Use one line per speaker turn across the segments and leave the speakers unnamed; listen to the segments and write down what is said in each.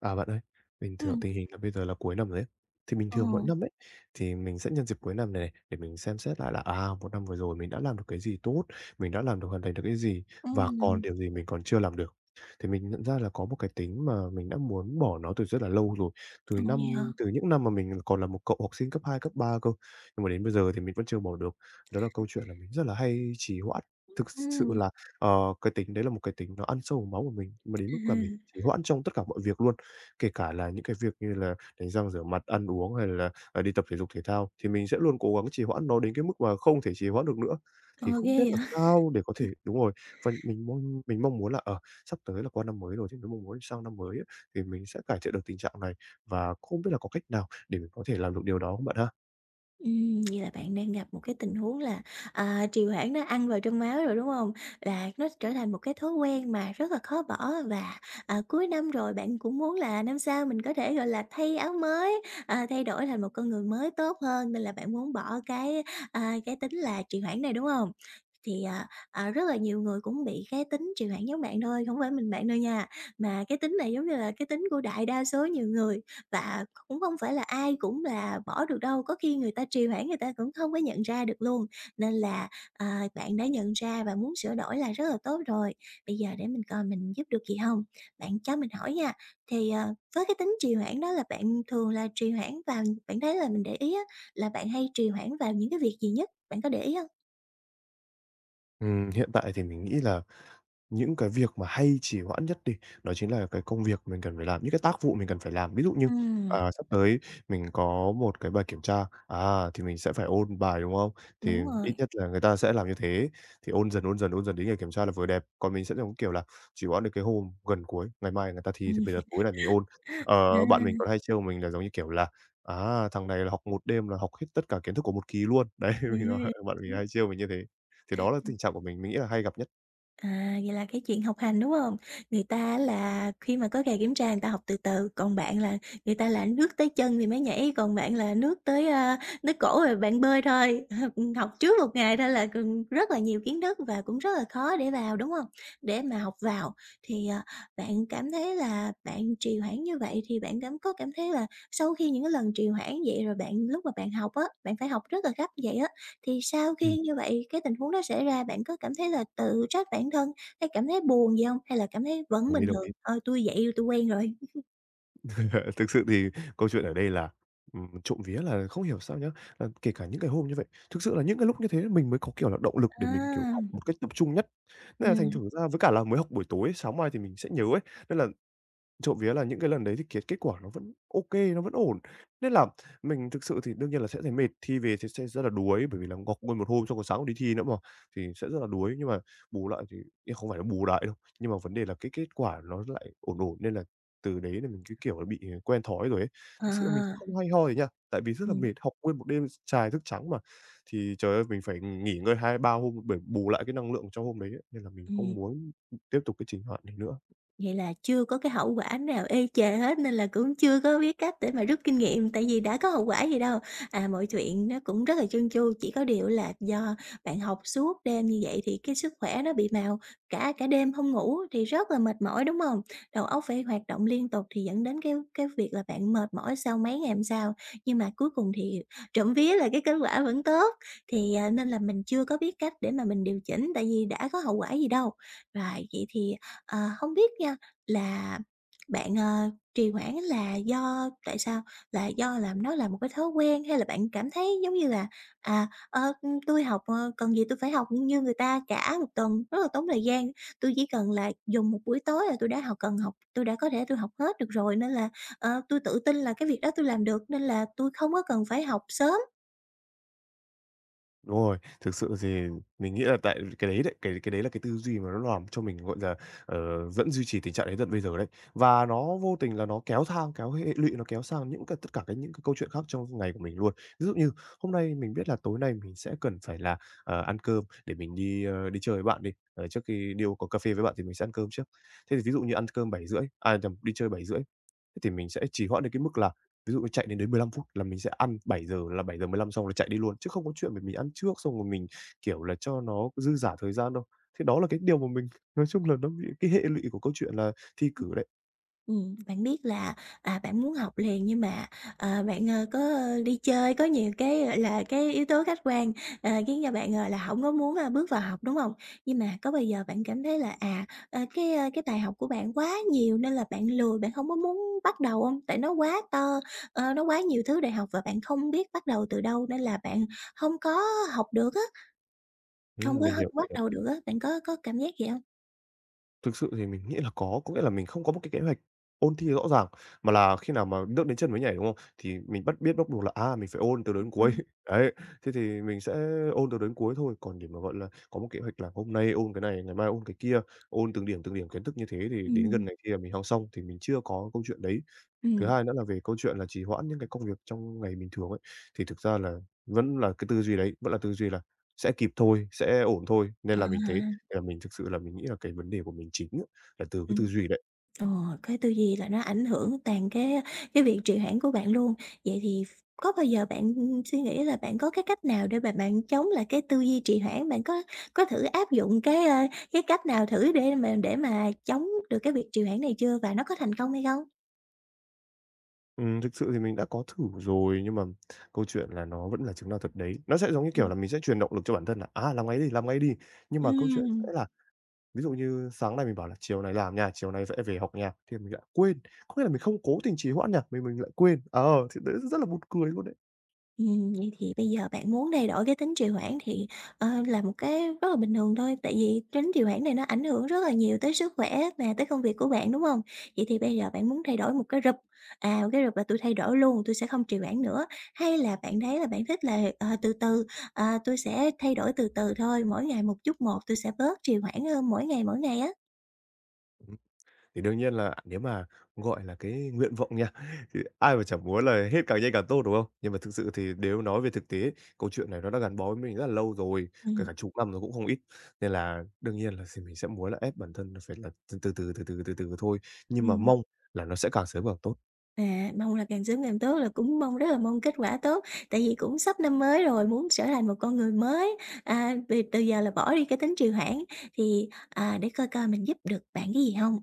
À, bạn ơi, bình thường
Ừm,
tình hình là bây giờ là cuối năm rồi ấy. Thì bình
ờ,
thường mỗi năm ấy, thì mình sẽ nhân dịp cuối năm này này để mình xem xét lại là, à, một năm vừa rồi mình đã làm được cái gì tốt, mình đã làm được hoàn thành được cái gì và còn
ừm,
điều gì mình còn chưa làm được. Thì mình nhận ra là có một cái tính mà mình đã muốn bỏ nó từ rất là lâu rồi,
ồ, vậy hả?
từ những năm mà mình còn là một cậu học sinh cấp 2 cấp 3 cơ, nhưng mà đến bây giờ thì mình vẫn chưa bỏ được. Đó là câu chuyện là mình rất là hay trì hoãn. Thực sự
Ừm,
là, cái tính đấy là một cái tính nó ăn sâu vào máu của mình, mà đến mức là mình
à,
trì hoãn trong tất cả mọi việc luôn. Kể cả là những cái việc như là đánh răng rửa mặt, ăn uống hay là, à, đi tập thể dục thể thao, thì mình sẽ luôn cố gắng trì hoãn nó đến cái mức mà không thể trì hoãn được nữa.
ờ,
Thì không biết
ghê
làm
vậy?
sao để có thể đúng rồi, và mình mong muốn là, ở sắp tới là qua năm mới rồi thì mình mong muốn sang năm mới á, thì mình sẽ cải thiện được tình trạng này, và không biết là có cách nào để mình có thể làm được điều đó không bạn ha?
Vậy là bạn đang gặp một cái tình huống là, à, trì hoãn nó ăn vào trong máu rồi, đúng hông? Là nó trở thành một cái thói quen mà rất là khó bỏ và, à, cuối năm rồi bạn cũng muốn là năm sau mình có thể, gọi là, thay áo mới, à, thay đổi thành một con người mới tốt hơn, nên là bạn muốn bỏ cái, à, cái tính là trì hoãn này, đúng hông? Thì, à, rất là nhiều người cũng bị cái tính trì hoãn giống bạn thôi, không phải mình bạn đâu nha, mà cái tính này giống như là cái tính của đại đa số nhiều người và cũng không phải là ai cũng là bỏ được đâu, có khi người ta trì hoãn người ta cũng không có nhận ra được luôn. Nên là, à, bạn đã nhận ra và muốn sửa đổi là rất là tốt rồi. Bây giờ để mình coi mình giúp được gì hông? Bạn cho mình hỏi nha, thì, ờ, với cái tính trì hoãn đó là bạn thường là trì hoãn vào bạn thấy là mình để ý á, là bạn hay trì hoãn vào những cái việc gì nhất? Bạn có để ý không?
Hiện tại thì mình nghĩ là những cái việc mà hay trì hoãn nhất đi, đó chính là cái công việc mình cần phải làm, những cái tác vụ mình cần phải làm. Ví dụ như,
Ừm.
à, sắp tới mình có một cái bài kiểm tra, à, thì mình sẽ phải ôn bài, đúng không? Thì
Đúng
ít
rồi,
nhất là người ta sẽ làm như thế, thì ôn dần, ôn dần, ôn dần đến ngày kiểm tra là vừa đẹp. Còn mình sẽ giống kiểu là chỉ hoãn được cái hôm gần cuối, ngày mai người ta thi thì
ừm,
bây giờ tối nay mình ôn. Ờ, bạn mình còn
à,
hay trêu mình là giống như kiểu là "À, thằng này là học một đêm là học hết tất cả kiến thức của một kỳ luôn." Đấy, mình
hiểu,
nói
hiểu.
bạn mình hay trêu mình như thế. Thì đó là tình trạng của mình nghĩ là hay gặp nhất.
À, vậy là cái chuyện học hành, đúng hông? Người ta á là khi mà có kỳ kiểm tra người ta học từ từ, còn bạn là người ta là nước tới chân thì mới nhảy, còn bạn là nước tới, a, tới cổ rồi bạn bơi thôi. Học trước một ngày thôi là cần rất là nhiều kiến thức và cũng rất là khó để vào, đúng hông? Để mà học vào thì, ờ, bạn cảm thấy là bạn trì hoãn như vậy thì bạn có cảm thấy là sau khi những cái lần trì hoãn vậy rồi bạn lúc mà bạn học á, bạn phải học rất là gấp vậy á? Thì sau
Ừm,
khi như vậy cái tình huống đó xảy ra, bạn có cảm thấy là tự trách bản thân, hay cảm thấy buồn gì không? Hay là cảm thấy vẫn
đồng ý,
bình
đồng
thường,
ý.
"Ờ, tôi vậy, tôi quen rồi."?
Thực sự thì câu chuyện ở đây là, trộm vía là không hiểu sao nhá, là kể cả những cái hôm như vậy, thực sự là những cái lúc như thế mình mới có, kiểu là, động lực để mình, kiểu, học
À,
một cách tập trung nhất. Nên là thành
ừ
thử ra với cả là mới học buổi tối, sáng mai thì mình sẽ nhớ ấy, nên là trộm vía là những cái lần đấy thì kết kết quả nó vẫn ok, nó vẫn ổn. Nên là mình thực sự thì đương nhiên là sẽ thấy mệt, thi về thì sẽ rất là đuối, bởi vì là ngọc nguyên một hôm xong còn sáng còn đi thi nữa mà, thì sẽ rất là đuối. Nhưng mà bù lại thì ý không phải là bù lại đâu, nhưng mà vấn đề là cái kết quả nó lại ổn ổn, nên là từ đấy là mình cứ, kiểu là, bị quen thói rồi ấy. Thực sự mình thấy
à,
không hay ho gì nha, tại vì rất là
ừ
mệt, học nguyên một đêm s chài thức trắng mà, thì trời ơi, mình phải nghỉ ngơi hai ba hôm để bù lại cái năng lượng cho hôm đấy ấy, nên là mình không
ừm.
muốn tiếp tục cái trình hoạn này nữa.
Vậy là chưa có cái hậu quả nào ê chề hết nên là cũng chưa có biết cách để mà rút kinh nghiệm, tại vì đã có hậu quả gì đâu. À, mọi chuyện nó cũng rất là trơn tru, chỉ có điều là do bạn học suốt đêm như vậy thì cái sức khỏe nó bị mào, cả cả đêm không ngủ thì rất là mệt mỏi, đúng không? Đầu óc phải hoạt động liên tục thì dẫn đến cái việc là bạn mệt mỏi sau mấy ngày hôm sau, nhưng mà cuối cùng thì trộm vía là cái kết quả vẫn tốt, thì, à, nên là mình chưa có biết cách để mà mình điều chỉnh tại vì đã có hậu quả gì đâu. Rồi, vậy thì ờ, hông biết nha là bạn, ờ, trì hoãn là do tại sao? Là do làm nó là một cái thói quen hay là bạn cảm thấy giống như là, à, ờ, "Tui học, ờ, cần gì tôi phải học như người ta cả một tuần rất là tốn thời gian, tôi chỉ cần là dùng một buổi tối là tôi đã học cần học tôi đã có thể tôi học hết được rồi, nên là, ờ, tui tự tin là cái việc đó tôi làm được nên là tôi không có cần phải học sớm."
Đúng rồi, thực sự thì mình nghĩ là tại cái đấy đấy, cái đấy là cái tư duy mà nó làm cho mình, gọi là, vẫn duy trì tình trạng đấy tận bây giờ đấy. Và nó vô tình là nó kéo thang kéo hệ lụy, nó kéo sang những cái tất cả cái những cái câu chuyện khác trong ngày của mình luôn. Ví dụ như hôm nay mình biết là tối nay mình sẽ cần phải là, ờ, ăn cơm để mình đi, ơ, đi chơi với bạn đi, ờ, trước khi đi uống có cà phê với bạn thì mình sẽ ăn cơm trước. Thế thì ví dụ như ăn cơm bảy rưỡi à, nhầm, đi chơi bảy rưỡi. Thế thì mình sẽ trì hoãn đến cái mức là ví dụ như chạy đến đấy 15 phút là mình sẽ ăn bảy giờ là 7:15 xong là chạy đi luôn, chứ không có chuyện mà mình ăn trước xong rồi mình, kiểu là, cho nó dư dả thời gian đâu. Thế đó là cái điều mà mình nói chung là nó bị cái hệ lụy của câu chuyện là thi cử đấy.
Bạn biết là, à, bạn muốn học liền nhưng mà, ờ, bạn, ờ, có, ơ, đi chơi, có nhiều cái, gọi là, cái yếu tố khách quan, ờ, khiến cho bạn, ờ, là không có muốn, a, bước vào học, đúng không? Nhưng mà có bao giờ bạn cảm thấy là, à, ờ, cái, ơ, cái bài học của bạn quá nhiều nên là bạn lười, bạn không có muốn bắt đầu không? Tại nó quá to, ờ, nó quá nhiều thứ để học và bạn không biết bắt đầu từ đâu nên là bạn không có học được á, không có
Mình
hông
hiểu,
bắt
hiểu.
đầu được á, bạn có cảm giác gì không?
Thực sự thì mình nghĩ là có nghĩa là mình không có một cái kế hoạch ôn thi rõ ràng, mà là khi nào mà nước đến chân mới nhảy, đúng không? Thì mình bắt biết bắt buộc là, à, mình phải ôn từ đầu đến cuối.
Ừm,
Đấy, thế thì mình sẽ ôn từ đầu đến cuối thôi, còn để mà, gọi là, có một kế hoạch là hôm nay ôn cái này, ngày mai ôn cái kia, ôn từng điểm kiến thức như thế thì đến gần
ừm.
ngày thi là mình học xong thì mình chưa có câu chuyện đấy. Thứ
Ừm,
hai nữa là về câu chuyện là trì hoãn những cái công việc trong ngày bình thường ấy, thì thực ra là vẫn là cái tư duy đấy, vẫn là tư duy là "Sẽ kịp thôi, sẽ ổn thôi." Nên
à,
là mình thấy là mình thực sự là mình nghĩ là cái vấn đề của mình chính á, là từ cái tư duy đấy.
ờ, cái tư duy là nó ảnh hưởng toàn cái việc trì hoãn của bạn luôn. Vậy thì có bao giờ bạn, suy nghĩ là bạn có cái cách nào để mà bạn chống lại cái tư duy trì hoãn? Bạn có thử áp dụng cái, ơ, cái cách nào thử để mà chống được cái việc trì hoãn này chưa và nó có thành công hay không?
Thực sự thì mình đã có thử rồi, nhưng mà câu chuyện là nó vẫn là chứng nào thật đấy. Nó sẽ giống như kiểu
Ừm.
là mình sẽ truyền động lực cho bản thân là "À, làm ngay đi, làm ngay đi!" Nhưng mà câu chuyện sẽ là ví dụ như sáng nay mình bảo là "Chiều này làm nha, chiều nay sẽ về học nha", thì mình lại quên. Có nghĩa là mình không cố tình trì hoãn nha, mình lại quên. Ờ, thì đấy rất là buồn cười luôn đấy.
Vậy thì bây giờ bạn muốn thay đổi cái tính trì hoãn thì, ờ, là một cái rất là bình thường thôi, tại vì tính trì hoãn này nó ảnh hưởng rất là nhiều tới sức khỏe và tới công việc của bạn, đúng không? Vậy thì bây giờ bạn muốn thay đổi một cái rụp, à, một cái rụp là "tôi thay đổi luôn, tôi sẽ không trì hoãn nữa." Hay là bạn thấy là bạn thích là, ờ, từ từ, à, "Tui sẽ thay đổi từ từ thôi, mỗi ngày một chút một, tôi sẽ bớt trì hoãn hơn mỗi ngày" á?
Thì đương nhiên là nếu mà, gọi là, cái nguyện vọng nha, thì ai mà chẳng muốn là hết càng nhanh càng tốt, đúng không? Nhưng mà thực sự thì nếu nói về thực tế, câu chuyện này nó đã gắn bó với mình rất là lâu rồi, kể
Ừm.
cả chục năm rồi cũng không ít, nên là đương nhiên là thì mình sẽ muốn là ép bản thân là phải là từ từ, từ từ, từ từ, từ thôi, nhưng mà
Ừm.
mong là nó sẽ càng sớm càng tốt.
À, mong là càng sớm càng tốt, là cũng mong rất là mong kết quả tốt, tại vì cũng sắp năm mới rồi, muốn trở thành một con người mới, à, vì từ giờ là bỏ đi cái tính trì hoãn. Thì, à, để coi coi mình giúp được bạn cái gì không?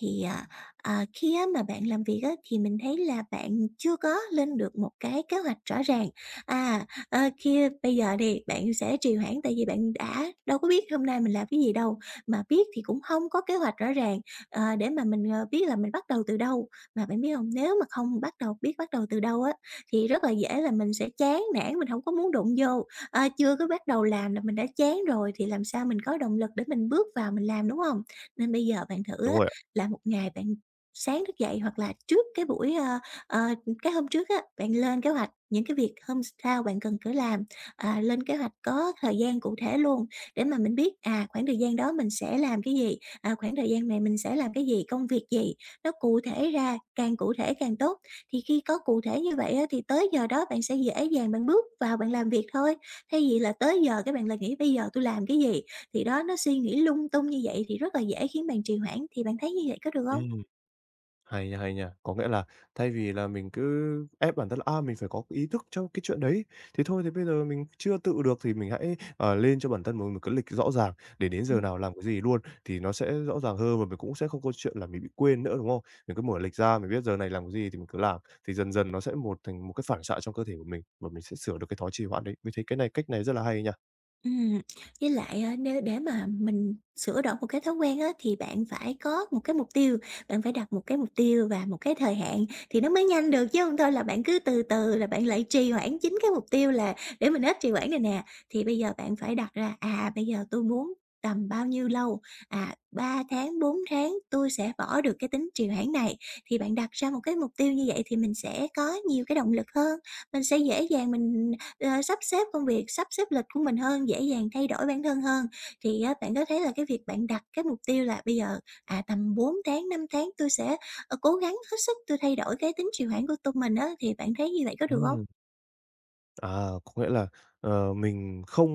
Thì, à, khi á mà bạn làm việc á, thì mình thấy là bạn chưa có lên được một cái kế hoạch rõ ràng. À, ờ, khi bây giờ thì bạn sẽ trì hoãn tại vì bạn đã đâu có biết hôm nay mình làm cái gì đâu, mà biết thì cũng không có kế hoạch rõ ràng, ờ, để mà mình, ờ, biết là mình bắt đầu từ đâu. Mà bạn biết không nếu mà không bắt đầu biết bắt đầu từ đâu á, thì rất là dễ là mình sẽ chán nản, mình không có muốn đụng vô. Ờ, chưa có bắt đầu làm là mình đã chán rồi thì làm sao mình có động lực để mình bước vào mình làm, đúng không? Nên bây giờ bạn thử
Đúng
á,
rồi ạ.
là một ngày bạn sáng thức dậy hoặc là trước cái buổi, ơ, ờ, cái hôm trước á, bạn lên kế hoạch những cái việc hôm sau bạn cần phải làm, à, lên kế hoạch có thời gian cụ thể luôn để mà mình biết, à, khoảng thời gian đó mình sẽ làm cái gì, à, khoảng thời gian này mình sẽ làm cái gì, công việc gì nó cụ thể ra, càng cụ thể càng tốt. Thì khi có cụ thể như vậy á, thì tới giờ đó bạn sẽ dễ dàng bạn bước vào bạn làm việc thôi, thay vì là tới giờ các bạn lại nghĩ "Bây giờ tôi làm cái gì?" Thì đó, nó suy nghĩ lung tung như vậy thì rất là dễ khiến bạn trì hoãn, thì bạn thấy như vậy có được không?
Hay nha, hay nha. Có nghĩa là thay vì là mình cứ ép bản thân là, à, mình phải có ý thức cho cái chuyện đấy, thì thôi thì bây giờ mình chưa tự được thì mình hãy, ờ, lên cho bản thân mình một cái lịch rõ ràng để đến giờ nào làm cái gì luôn, thì nó sẽ rõ ràng hơn và mình cũng sẽ không có chuyện là mình bị quên nữa, đúng không? Mình cứ mở lịch ra, mình biết giờ này làm cái gì thì mình cứ làm, thì dần dần nó sẽ một thành một cái phản xạ trong cơ thể của mình và mình sẽ sửa được cái thói trì hoãn đấy. Mình thấy cái này cách này rất là hay nha.
Ừm, với lại, a, nếu để mà mình sửa đổi một cái thói quen á, thì bạn phải có một cái mục tiêu, bạn phải đặt một cái mục tiêu và một cái thời hạn thì nó mới nhanh được, chứ không thôi là bạn cứ từ từ là bạn lại trì hoãn chính cái mục tiêu là để mình hết trì hoãn này nè. Thì bây giờ bạn phải đặt ra, à, bây giờ tôi muốn tầm bao nhiêu lâu, à, 3 tháng, 4 tháng tôi sẽ bỏ được cái tính trì hoãn này. Thì bạn đặt ra một cái mục tiêu như vậy thì mình sẽ có nhiều cái động lực hơn, mình sẽ dễ dàng mình ờ, sắp xếp công việc, sắp xếp lịch của mình hơn, dễ dàng thay đổi bản thân hơn. Thì á, bạn có thấy là cái việc bạn đặt cái mục tiêu là bây giờ, à, tầm 4 tháng, 5 tháng tôi sẽ, ờ, cố gắng hết sức tôi thay đổi cái tính trì hoãn của tụi mình á, thì bạn thấy như vậy có được không?
Ừm. À, có nghĩa là, ờ, mình không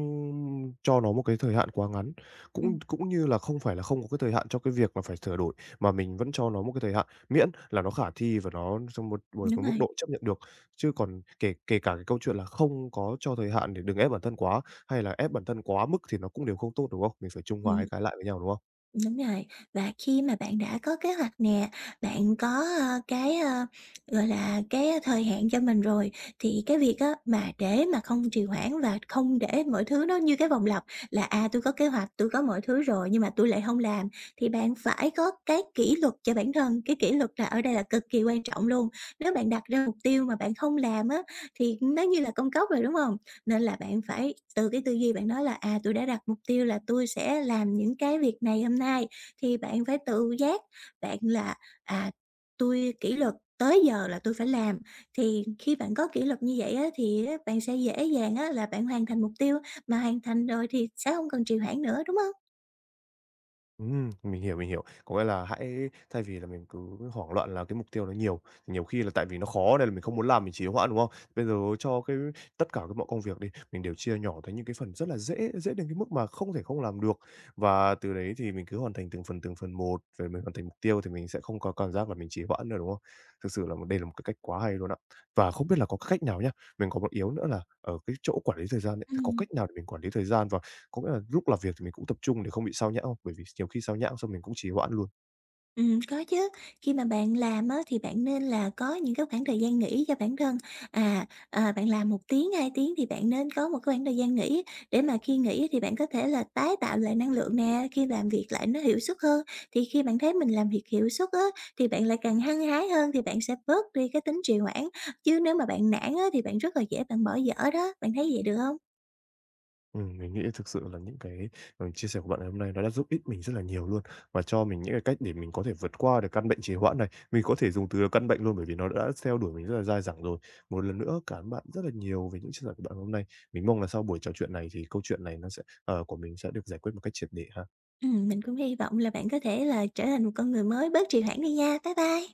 cho nó một cái thời hạn quá ngắn, cũng
Ừm,
cũng như là không phải là không có cái thời hạn cho cái việc là phải sửa đổi, mà mình vẫn cho nó một cái thời hạn, miễn là nó khả thi và nó trong một một
đúng
cái mức
rồi,
độ chấp nhận được. Chứ còn kể kể cả cái câu chuyện là không có cho thời hạn để đừng ép bản thân quá, hay là ép bản thân quá mức thì nó cũng đều không tốt, đúng không? Mình phải trung hòa
ừm.
hai cái lại với nhau, đúng không?
Đúng rồi, và khi mà bạn đã có kế hoạch nè, bạn có, ơ, cái, ơ, gọi là, cái thời hạn cho mình rồi, thì cái việc á mà để mà không trì hoãn và không để mọi thứ nó như cái vòng lặp là, à, "tôi có kế hoạch, tôi có mọi thứ rồi nhưng mà tôi lại không làm." Thì bạn phải có cái kỷ luật cho bản thân, cái kỷ luật là ở đây là cực kỳ quan trọng luôn. Nếu bạn đặt ra mục tiêu mà bạn không làm á, thì nó như là công cốc rồi, đúng không? Nên là bạn phải từ cái tư duy bạn nói là, à, "Tôi đã đặt mục tiêu là tôi sẽ làm những cái việc này hôm nay", thì bạn phải tự giác bạn là, à, "tôi kỷ luật, tới giờ là tôi phải làm." Thì khi bạn có kỷ luật như vậy á, thì á, bạn sẽ dễ dàng á là bạn hoàn thành mục tiêu, mà hoàn thành rồi thì sẽ không cần trì hoãn nữa, đúng không?
Mình hiểu, mình hiểu. Có nghĩa là hãy thay vì là mình cứ hoảng loạn là cái mục tiêu nó nhiều, thì nhiều khi là tại vì nó khó nên là mình không muốn làm, mình trì hoãn, đúng không? Bây giờ cho cái tất cả cái mọi công việc đi, mình đều chia nhỏ thành những cái phần rất là dễ, dễ đến cái mức mà không thể không làm được. Và từ đấy thì mình cứ hoàn thành từng phần một, rồi mình hoàn thành mục tiêu thì mình sẽ không có cảm giác là mình trì hoãn nữa, đúng không? Thực sự là đây là một cái cách quá hay luôn ạ. Và không biết là có cái cách nào nhá, mình có một yếu nữa là ở cái chỗ quản lý thời gian ấy, thì có
Ừm.
cách nào để mình quản lý thời gian và có nghĩa là lúc làm việc thì mình cũng tập trung để không bị sao nhãng? Bởi vì nhiều khi sao nhãng xong mình cũng trì hoãn luôn.
Có chứ. Khi mà bạn làm á, thì bạn nên là có những cái khoảng thời gian nghỉ cho bản thân. À, à, bạn làm một tiếng, 2 tiếng thì bạn nên có một cái khoảng thời gian nghỉ để mà khi nghỉ thì bạn có thể là tái tạo lại năng lượng nè, khi làm việc lại nó hiệu suất hơn. Thì khi bạn thấy mình làm việc hiệu suất á, thì bạn lại càng hăng hái hơn thì bạn sẽ bớt đi cái tính trì hoãn, chứ nếu mà bạn nản á, thì bạn rất là dễ bạn bỏ dở đó. Bạn thấy vậy được không?
Mình nghĩ thực sự là những cái, ờ, chia sẻ của bạn ngày hôm nay nó đã giúp ích mình rất là nhiều luôn, và cho mình những cái cách để mình có thể vượt qua được căn bệnh trì hoãn này. Mình có thể dùng từ là căn bệnh luôn bởi vì nó đã theo đuổi mình rất là dai dẳng rồi. Một lần nữa cảm ơn bạn rất là nhiều về những chia sẻ của bạn hôm nay. Mình mong là sau buổi trò chuyện này thì câu chuyện này nó sẽ của mình sẽ được giải quyết một cách triệt để ha.
Mình cũng hy vọng là bạn có thể là trở thành một con người mới bớt trì hoãn đi nha. Bye bye.